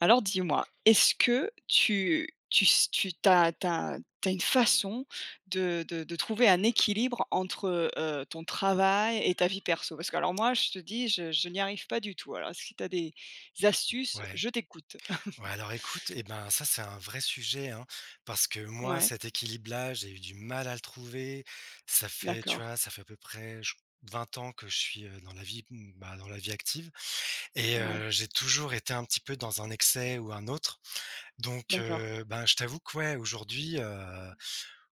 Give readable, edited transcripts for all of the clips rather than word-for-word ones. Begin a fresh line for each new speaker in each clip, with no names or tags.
Alors dis-moi, est-ce que tu tu s tu tu as tu as tu as une façon de trouver un équilibre entre, ton travail et ta vie perso? Parce que alors moi, je te dis, je n'y arrive pas du tout. Alors si tu as des astuces,
Ouais.
je t'écoute.
Ouais, alors écoute, eh ben, ça, c'est un vrai sujet, hein, parce que moi,
Ouais,
cet équilibre-là, j'ai eu du mal à le trouver. Ça fait, tu
d'accord,
vois, ça fait à peu près 20 ans que je suis dans la vie, bah, dans la vie active, et
ouais,
j'ai toujours été un petit peu dans un excès ou un autre. Donc,
d'accord.
ben, je t'avoue que ouais, aujourd'hui, euh,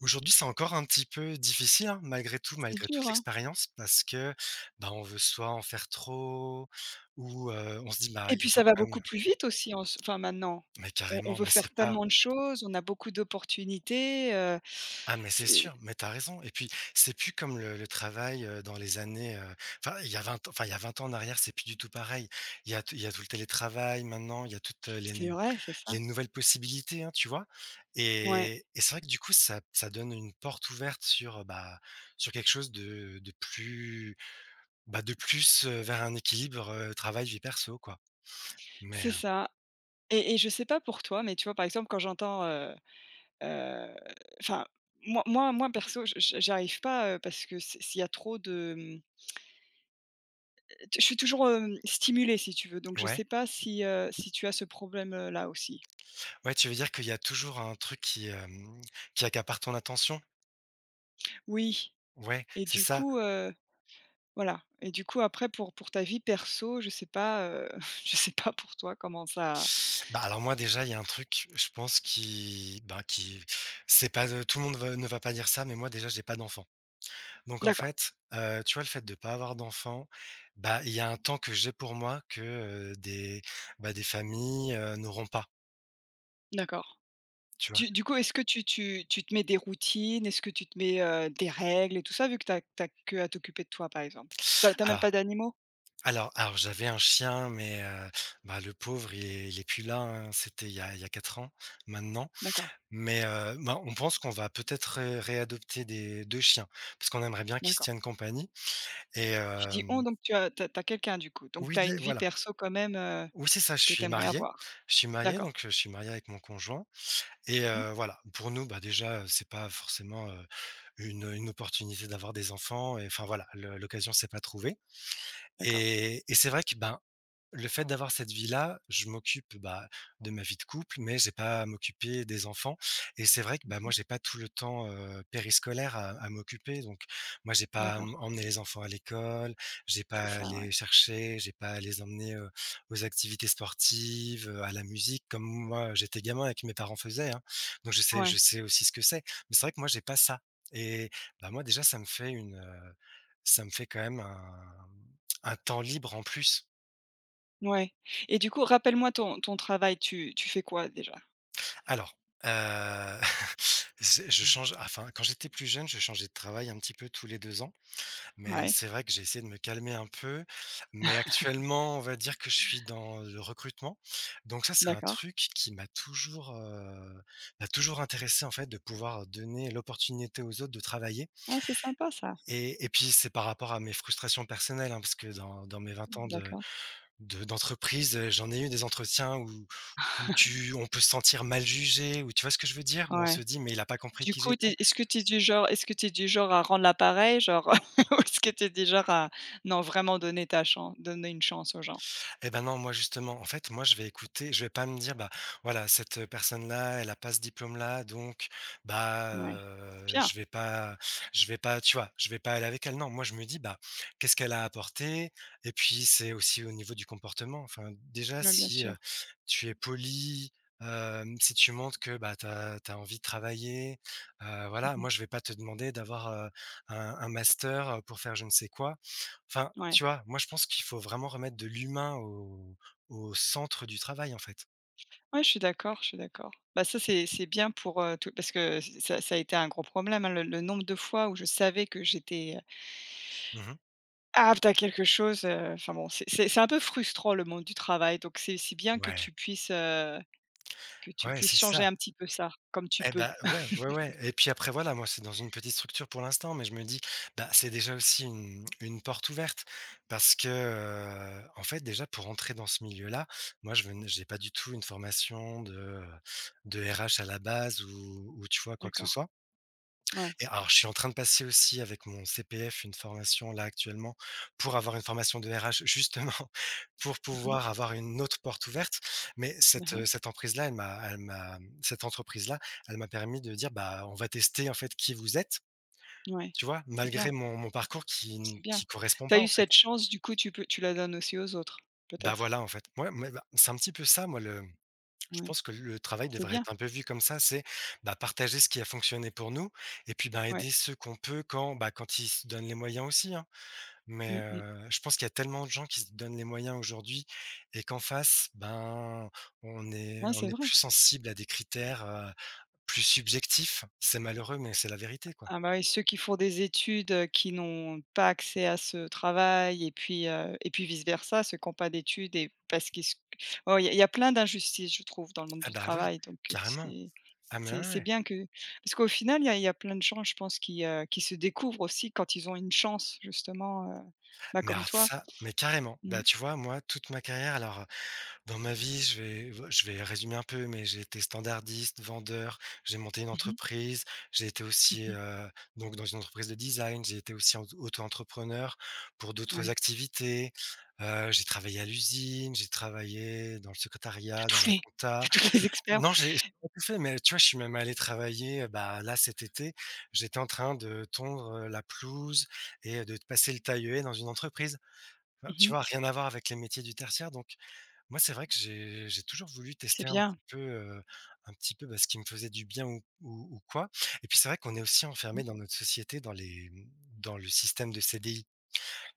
aujourd'hui, c'est encore un petit peu difficile, hein, malgré tout,
C'est
malgré toute
dur, hein?
l'expérience, parce que, bah, on veut soit en faire trop, ou on se dit, bah,
Et
il
puis
me faut
ça va
quand même.
beaucoup plus vite aussi en ce enfin maintenant.
Mais
On
carrément,
veut
mais
faire
c'est pas.
tellement de choses, on a beaucoup d'opportunités,
Ah mais c'est
c'est
sûr, mais t'as raison et puis c'est plus comme le travail, dans les années, enfin il y a 20 ans en arrière, c'est plus du tout pareil. Il y a tout le télétravail maintenant, il y a toutes, les
c'est
n
vrai, c'est ça.
les nouvelles possibilités, hein, tu vois?
Ouais,
Et c'est vrai que du coup ça donne une porte ouverte sur, bah, sur quelque chose de plus, bah, de plus, vers un équilibre, travail vie perso quoi. Mais,
c'est ça. Et je sais pas pour toi, mais tu vois, par exemple, quand j'entends, heu, enfin, moi perso, je j'arrive pas, parce que s'il y a trop de, mmh, je suis toujours, stimulée si tu veux, donc je
ouais.
sais pas si, si tu as ce problème, là aussi?
Ouais, tu veux dire qu'il y a toujours un truc qui accapare ton attention?
Oui,
Ouais,
et
c'est
du
ça.
coup, voilà et du coup après pour ta vie perso, je sais pas, je sais pas pour toi comment ça
Bah, alors moi déjà, il y a un truc, je pense qui bah, qui c'est pas, tout le monde va ne va pas dire ça, mais moi déjà j'ai pas d'enfant. Donc en
d'accord,
fait, tu vois, le fait de pas avoir d'enfant, bah, il y a un temps que j'ai pour moi que, heu, des des familles, n'auront pas,
d'accord.
tu vois?
Du coup, est-ce que tu te mets des routines? Est-ce que tu te mets, des règles et tout ça, vu que t'as que à t'occuper de toi, par exemple? T'as as même
Alors
pas d'animaux?
alors j'avais un chien, mais, bah, le pauvre il est plus là, hein, c'était il y a 4 ans maintenant.
D'accord,
Mais, bah, on pense qu'on va peut-être ré réadopter des 2 chiens, parce qu'on aimerait bien qu'ils se
d'accord.
tiennent compagnie. Et
Tu dis: «On»,
hem,
donc tu as t'as as quelqu'un, du coup. Donc tu
oui
as une
dé
vie
voilà.
perso quand même,
Oui, c'est ça, je
que tu
suis
aimerais
marié.
avoir.
Je suis marié,
D'accord.
donc je suis marié avec mon conjoint et
Mmh.
voilà, pour nous, bah, déjà, c'est pas forcément, une opportunité d'avoir des enfants et enfin, voilà, le l'occasion s'est pas trouvée
D'accord,
et c'est vrai que, ben, le fait d'avoir cette vie-là, je m'occupe, bah, de ma vie de couple, mais j'ai pas à m'occuper des enfants et c'est vrai que, bah, moi, j'ai pas tout le temps, périscolaire à m'occuper, donc moi, j'ai pas à
d'accord.
m emmener les enfants à l'école, j'ai
C'est
pas à
ça,
les
ouais.
chercher, j'ai pas à les emmener, aux activités sportives, à la musique comme moi, j'étais gamin et que mes parents faisaient, hein. Donc je sais je
Ouais,
sais aussi ce que c'est. Mais c'est vrai que moi, j'ai pas ça et bah, moi, déjà, ça me fait quand même un temps libre en plus.
ouais et du coup, rappelle-moi ton travail, tu fais quoi déjà?
Alors, heu, je change, enfin, quand j'étais plus jeune, je changeais de travail un petit peu tous les 2 ans, mais
Ouais.
c'est vrai que j'ai essayé de me calmer un peu, mais actuellement, on va dire que je suis dans le recrutement, donc ça, c'est un
D'accord.
truc qui m'a toujours intéressé, en fait, de pouvoir donner l'opportunité aux autres de travailler
Ah, c'est sympa ça.
et puis, c'est par rapport à mes frustrations personnelles, hein, parce que dans mes 20 ans
D'accord.
de d'entreprise, j'en ai eu des entretiens où tu on peut se sentir mal jugé, ou tu vois ce que je veux dire? Où on se
Ouais.
dit: «Mais il a pas compris
Du
qui
coup, tu
j'étais».
est-ce que tu es du genre est-ce que tu es du genre à rendre l'appareil, genre, ou est-ce que tu es du genre à non, vraiment donner ta chance, donner une chance aux gens?
Eh ben non, moi justement, en fait, moi je vais écouter, je vais pas me dire, bah voilà, cette personne-là, elle a pas ce diplôme-là, donc bah
Ouais, c'est bien.
je vais pas, tu vois, je vais pas aller avec elle. Non, moi je me dis, bah qu'est-ce qu'elle a apporté? Et puis c'est aussi au niveau du comportement. Enfin, déjà
Ouais, bien
si
sûr.
tu es poli, si tu montres que bah, tu as envie de travailler, voilà,
Mmh.
moi je vais pas te demander d'avoir un master pour faire je ne sais quoi. Enfin,
Ouais.
tu vois? Moi, je pense qu'il faut vraiment remettre de l'humain au au centre du travail, en fait.
Ouais, je suis d'accord, je suis d'accord. Bah, ça, c'est bien pour, tout parce que ç ça a été un gros problème, hein, le nombre de fois où je savais que j'étais,
Mmh.
apte à quelque chose, enfin bon, c'est un peu frustrant le monde du travail, donc c'est bien
Ouais,
que tu
ouais,
puisses
c'est
changer
ça.
un petit peu ça, comme tu
Eh
peux.
ben, ouais, ouais, ouais et puis après voilà, moi, c'est dans une petite structure pour l'instant, mais je me dis, bah, c'est déjà aussi une porte ouverte parce que, en fait, déjà pour entrer dans ce milieu-là, moi, je venais j'ai pas du tout une formation de RH à la base ou tu vois, quoi que ce
D'accord.
soit.
Ouais.
Et alors, je suis en train de passer aussi avec mon CPF une formation là actuellement pour avoir une formation de RH justement pour
Mmh mh.
pouvoir avoir une autre porte ouverte. Mais cette,
Mmh.
heu, cette emprise là, elle m'a cette entreprise là, elle m'a permis de dire: «Bah, on va tester en fait qui vous êtes»,
Ouais,
tu vois?
c'est bien,
Malgré mon parcours qui n
c'est bien.
qui correspond
Tu as
pas
eu
en fait.
cette chance, du coup, tu la donnes aussi aux autres,
Bah,
peut-être?
voilà en fait. Moi, mais bah, c'est un petit peu ça moi, le je
Ouais,
pense que le travail
c'est
devrait
bien,
être un peu vu comme ça, c'est, bah, partager ce qui a fonctionné pour nous et puis, ben,
ouais.
aider ceux qu'on peut quand, bah, quand ils se donnent les moyens aussi, hein. Mais
Mmh mh.
je pense qu'il y a tellement de gens qui se donnent les moyens aujourd'hui et qu'en face, ben, on est
Ouais,
on
c'est
est
vrai.
plus sensible à des critères, plus subjectifs. C'est malheureux, mais c'est la vérité, quoi.
Ah bah oui, ceux qui font des études, qui n'ont pas accès à ce travail et puis vice versa, ceux qui ont pas d'études et parce qu'il y a plein d'injustices, je trouve, dans le monde
Ah
du
bah, oui,
travail, donc
carrément.
c'est
Ah mais
c'est
ouais,
c'est
ouais.
bien que parce qu'au final, il y a plein de gens, je pense, qui se découvrent aussi quand ils ont une chance, justement, bah,
Mais
comme
alors
toi.
ça mais carrément.
Mmh.
Bah, tu vois, moi, toute ma carrière alors, dans ma vie, je vais résumer un peu, mais j'ai été standardiste, vendeur, j'ai monté une
Mmh mh.
entreprise, j'ai été aussi,
Mmh.
donc dans une entreprise de design, j'ai été aussi en auto-entrepreneur pour d'autres
Ouais.
activités. J'ai travaillé à l'usine, j'ai travaillé dans le secrétariat,
Tout
dans la
fait,
compta.
c'est tous les experts.
Non, j'ai pas tout fait, mais tu vois, je suis même allé travailler, bah, là, cet été, j'étais en train de tondre, la pelouse et de passer le taille dans une entreprise. Enfin,
Mmh
tu
mh.
vois, rien à voir avec les métiers du tertiaire, donc moi, c'est vrai que j'ai toujours voulu
C'est
tester
bien.
un petit peu, bah, ce qui me faisait du bien ou quoi et puis c'est vrai qu'on est aussi
Mmh.
enfermé dans notre société, dans le système de CDI.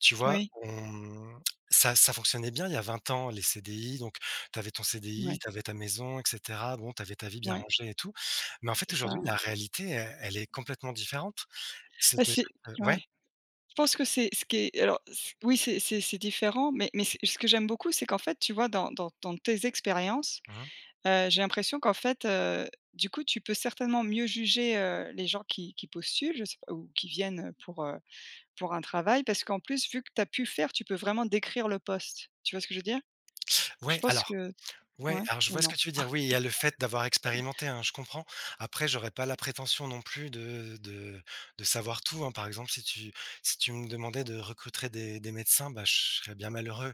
Tu vois?
Oui,
On ça fonctionnait bien il y a 20 ans, les CDI, donc tu avais ton CDI,
ouais,
tu avais ta maison et cetera. Bon, tu avais ta vie bien
ouais,
rangée et tout, mais en fait,
c'est ça,
aujourd'hui,
ouais.
la réalité, elle est complètement différente.
Bah,
C'est-à-dire
c'est
que ouais,
ouais. Je pense que c'est ce qui est alors c oui, c'est c'est différent, mais ce que j'aime beaucoup, c'est qu'en fait, tu vois, dans tes expériences,
mmh.
j'ai l'impression qu'en fait, du coup, tu peux certainement mieux juger, les gens qui postulent, je sais pas ou qui viennent, pour un travail parce qu'en plus, vu que tu as pu faire, tu peux vraiment décrire le poste. Tu vois ce que je veux dire? Je
Ouais,
pense
alors
que
Ouais,
ouais,
alors je
ou
vois ce
non?
que tu veux dire. Oui, il y a le fait d'avoir expérimenté, hein, je comprends. Après, j'aurais pas la prétention non plus de savoir tout, hein. Par exemple, si tu me demandais de recruter des médecins, bah, je serais bien malheureux.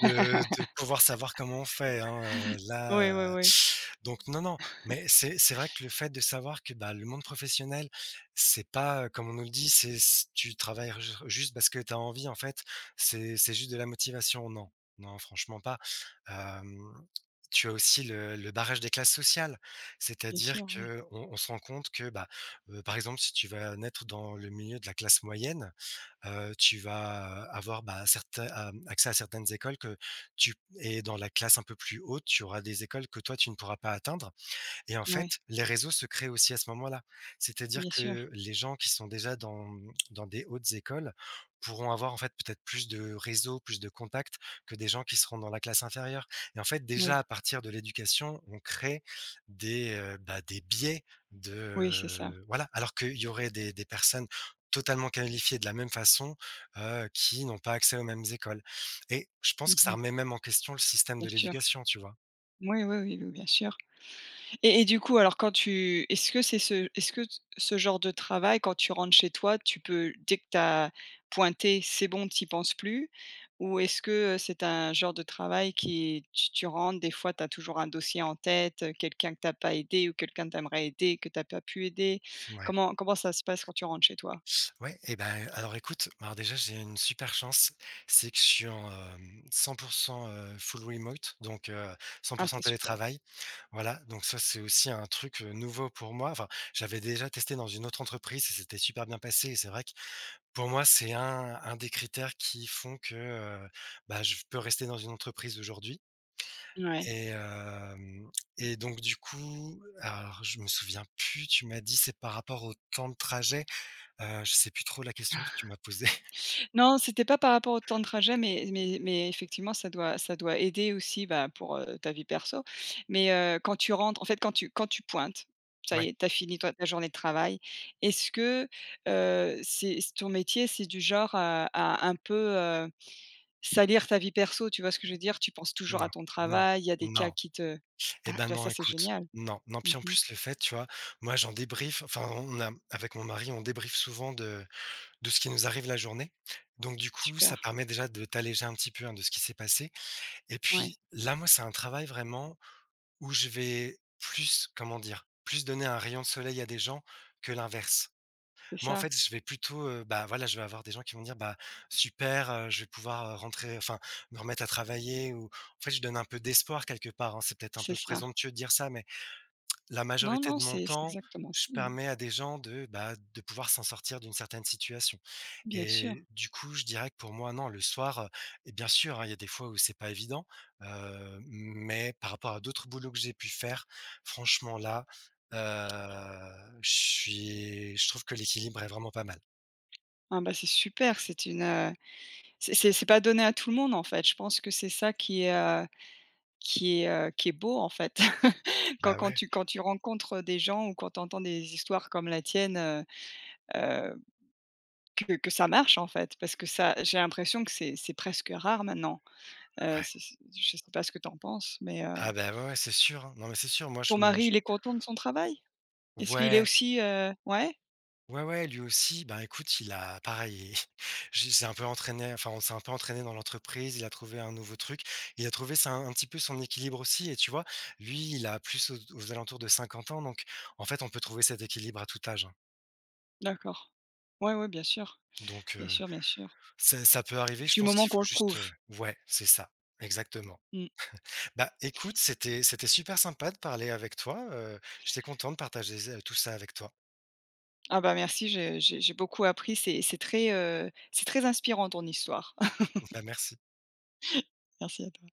De pouvoir savoir comment on fait, hein,
Oui,
là,
oui, oui,
donc non, non, mais c'est vrai que le fait de savoir que, bah, le monde professionnel, c'est pas, comme on nous le dit, c'est c tu travailles ju juste parce que tu as envie en fait, c'est juste de la motivation. Non, non, franchement pas. Hem, tu as aussi le barrage des classes sociales,
bien sûr,
c'est-à-dire
ouais.
que on se rend compte que, bah, par exemple, si tu vas naître dans le milieu de la classe moyenne, tu vas avoir, bah, certains accès à certaines écoles que tu et dans la classe un peu plus haute, tu auras des écoles que toi, tu ne pourras pas atteindre. Et en
Ouais,
fait, les réseaux se créent aussi à ce moment-là. C'est-à-dire
bien sûr,
que les gens qui sont déjà dans, dans des hautes écoles pourront avoir en fait peut-être plus de réseaux, plus de contacts que des gens qui seront dans la classe inférieure. Et en fait, déjà
oui.
à partir de l'éducation, on crée des, bah, des biais
Oui,
de,
c'est ça.
voilà, alors qu'il y aurait des personnes totalement qualifiées de la même façon, qui n'ont pas accès aux mêmes écoles. Et je pense que ça
Mmh.
remet même en question le système
Bien
de
sûr.
l'éducation, tu vois?
Oui, oui, oui, oui, bien sûr et du coup, alors quand tu est-ce que c'est ce est-ce que t ce genre de travail, quand tu rentres chez toi, tu peux dès que tu as pointé, c'est bon, tu y penses plus? Ou est-ce que, c'est un genre de travail qui tu rentres, des fois, tu as toujours un dossier en tête, quelqu'un que t'as pas aidé ou quelqu'un que t'as pas pu aider?
Ouais.
Comment ça se passe quand tu rentres chez toi?
Ouais et ben, alors écoute, bah, alors déjà j'ai une super chance, c'est que je suis en, 100% full remote donc cent
Ah,
pour cent
c'est super.
télétravail. Voilà, donc ça c'est aussi un truc, nouveau pour moi. Enfin, j'avais déjà testé dans une autre entreprise, et c'était super bien passé et c'est vrai que pour moi c'est un des critères qui font que, bah, je peux rester dans une entreprise aujourd'hui
Ouais.
et hem et donc du coup, alors je me souviens plus, tu m'as dit c'est par rapport au temps de trajet? Je sais plus trop la question que tu m'as posée.
Non, c'était pas par rapport au temps de trajet, mais mais effectivement, ça doit aider aussi, bah, pour, ta vie perso. Mais, quand tu rentres en fait, quand tu pointes, ça y
Ouais,
est, tu as fini toi ta journée de travail. Est-ce que, c'est ton métier, c'est du genre à un peu, salir ta vie perso, tu vois ce que je veux dire? Tu penses toujours
non,
à ton
non,
travail, il y a des cas
non.
qui te
Et
ta
ben,
bah,
non,
ça, c'est
écoute,
génial.
non, non, puis en
Mmh.
plus, le fait, tu vois, moi, j'en débrief. Enfin, on a avec mon mari, on débriefe souvent de ce qui nous arrive la journée. Donc du coup,
Super,
ça permet déjà de t'alléger un petit peu, hein, de ce qui s'est passé et
ouais,
puis là, moi, c'est un travail vraiment où je vais plus, comment dire, plus donner un rayon de soleil à des gens que l'inverse.
c'est
Moi, en
ça,
fait, je vais plutôt, bah, voilà, je vais avoir des gens qui vont dire: «Bah, super, je vais pouvoir, rentrer enfin, me remettre à travailler» ou en fait, je donne un peu d'espoir quelque part, hein. C'est peut-être un
c'est
peu
ça.
présomptueux de dire ça, mais la
Non,
majorité
non,
de mon
c'est
temps,
exactement
je
ça, hein.
permets à des gens de, bah, de pouvoir s'en sortir d'une certaine situation
Bien sûr.
et du coup, je dirais que pour moi, non, le soir, et bien sûr, hein, il y a des fois où c'est pas évident, mais par rapport à d'autres boulots que j'ai pu faire, franchement là, je trouve que l'équilibre est vraiment pas mal.
Ah, bah, c'est super, c'est une, c'est c'est pas donné à tout le monde, en fait. Je pense que c'est ça qui est, qui est, qui est beau, en fait. Quand
Bah,
quand
ouais,
tu quand tu rencontres des gens ou quand tu entends des histoires comme la tienne, heu, que ça marche, en fait, parce que ça j'ai l'impression que c'est presque rare maintenant.
ouais.
C'est je sais pas ce que tu en penses, mais
Ah bah, ouais, ouais, c'est sûr, hein. Non, mais c'est sûr, moi,
ton
je me
mari,
je
il est content de son travail? Est-ce qu'il est
ouais,
aussi, ouais?
ouais, ouais, lui aussi, ben, écoute, il a pareil, j'ai c'est un peu entraîné, enfin, on s'est un peu entraîné dans l'entreprise, il a trouvé un nouveau truc, il a trouvé ça un petit peu son équilibre aussi et tu vois? Lui, il a plus aux alentours de 50 ans donc en fait, on peut trouver cet équilibre à tout âge, hein.
D'accord. Ouais, ouais, bien sûr.
Donc
Bien sûr, bien sûr.
ça peut arriver, je
Du
pense
moment
qu'il
qu'on
faut
le
juste,
trouve.
ouais, c'est ça, exactement.
Mmh.
Bah, écoute, c'était super sympa de parler avec toi, j'étais content de partager z tout ça avec toi.
Ah bah, merci, j'ai j'ai beaucoup appris, c'est très, c'est très inspirant ton histoire.
Bah, merci.
Merci à toi.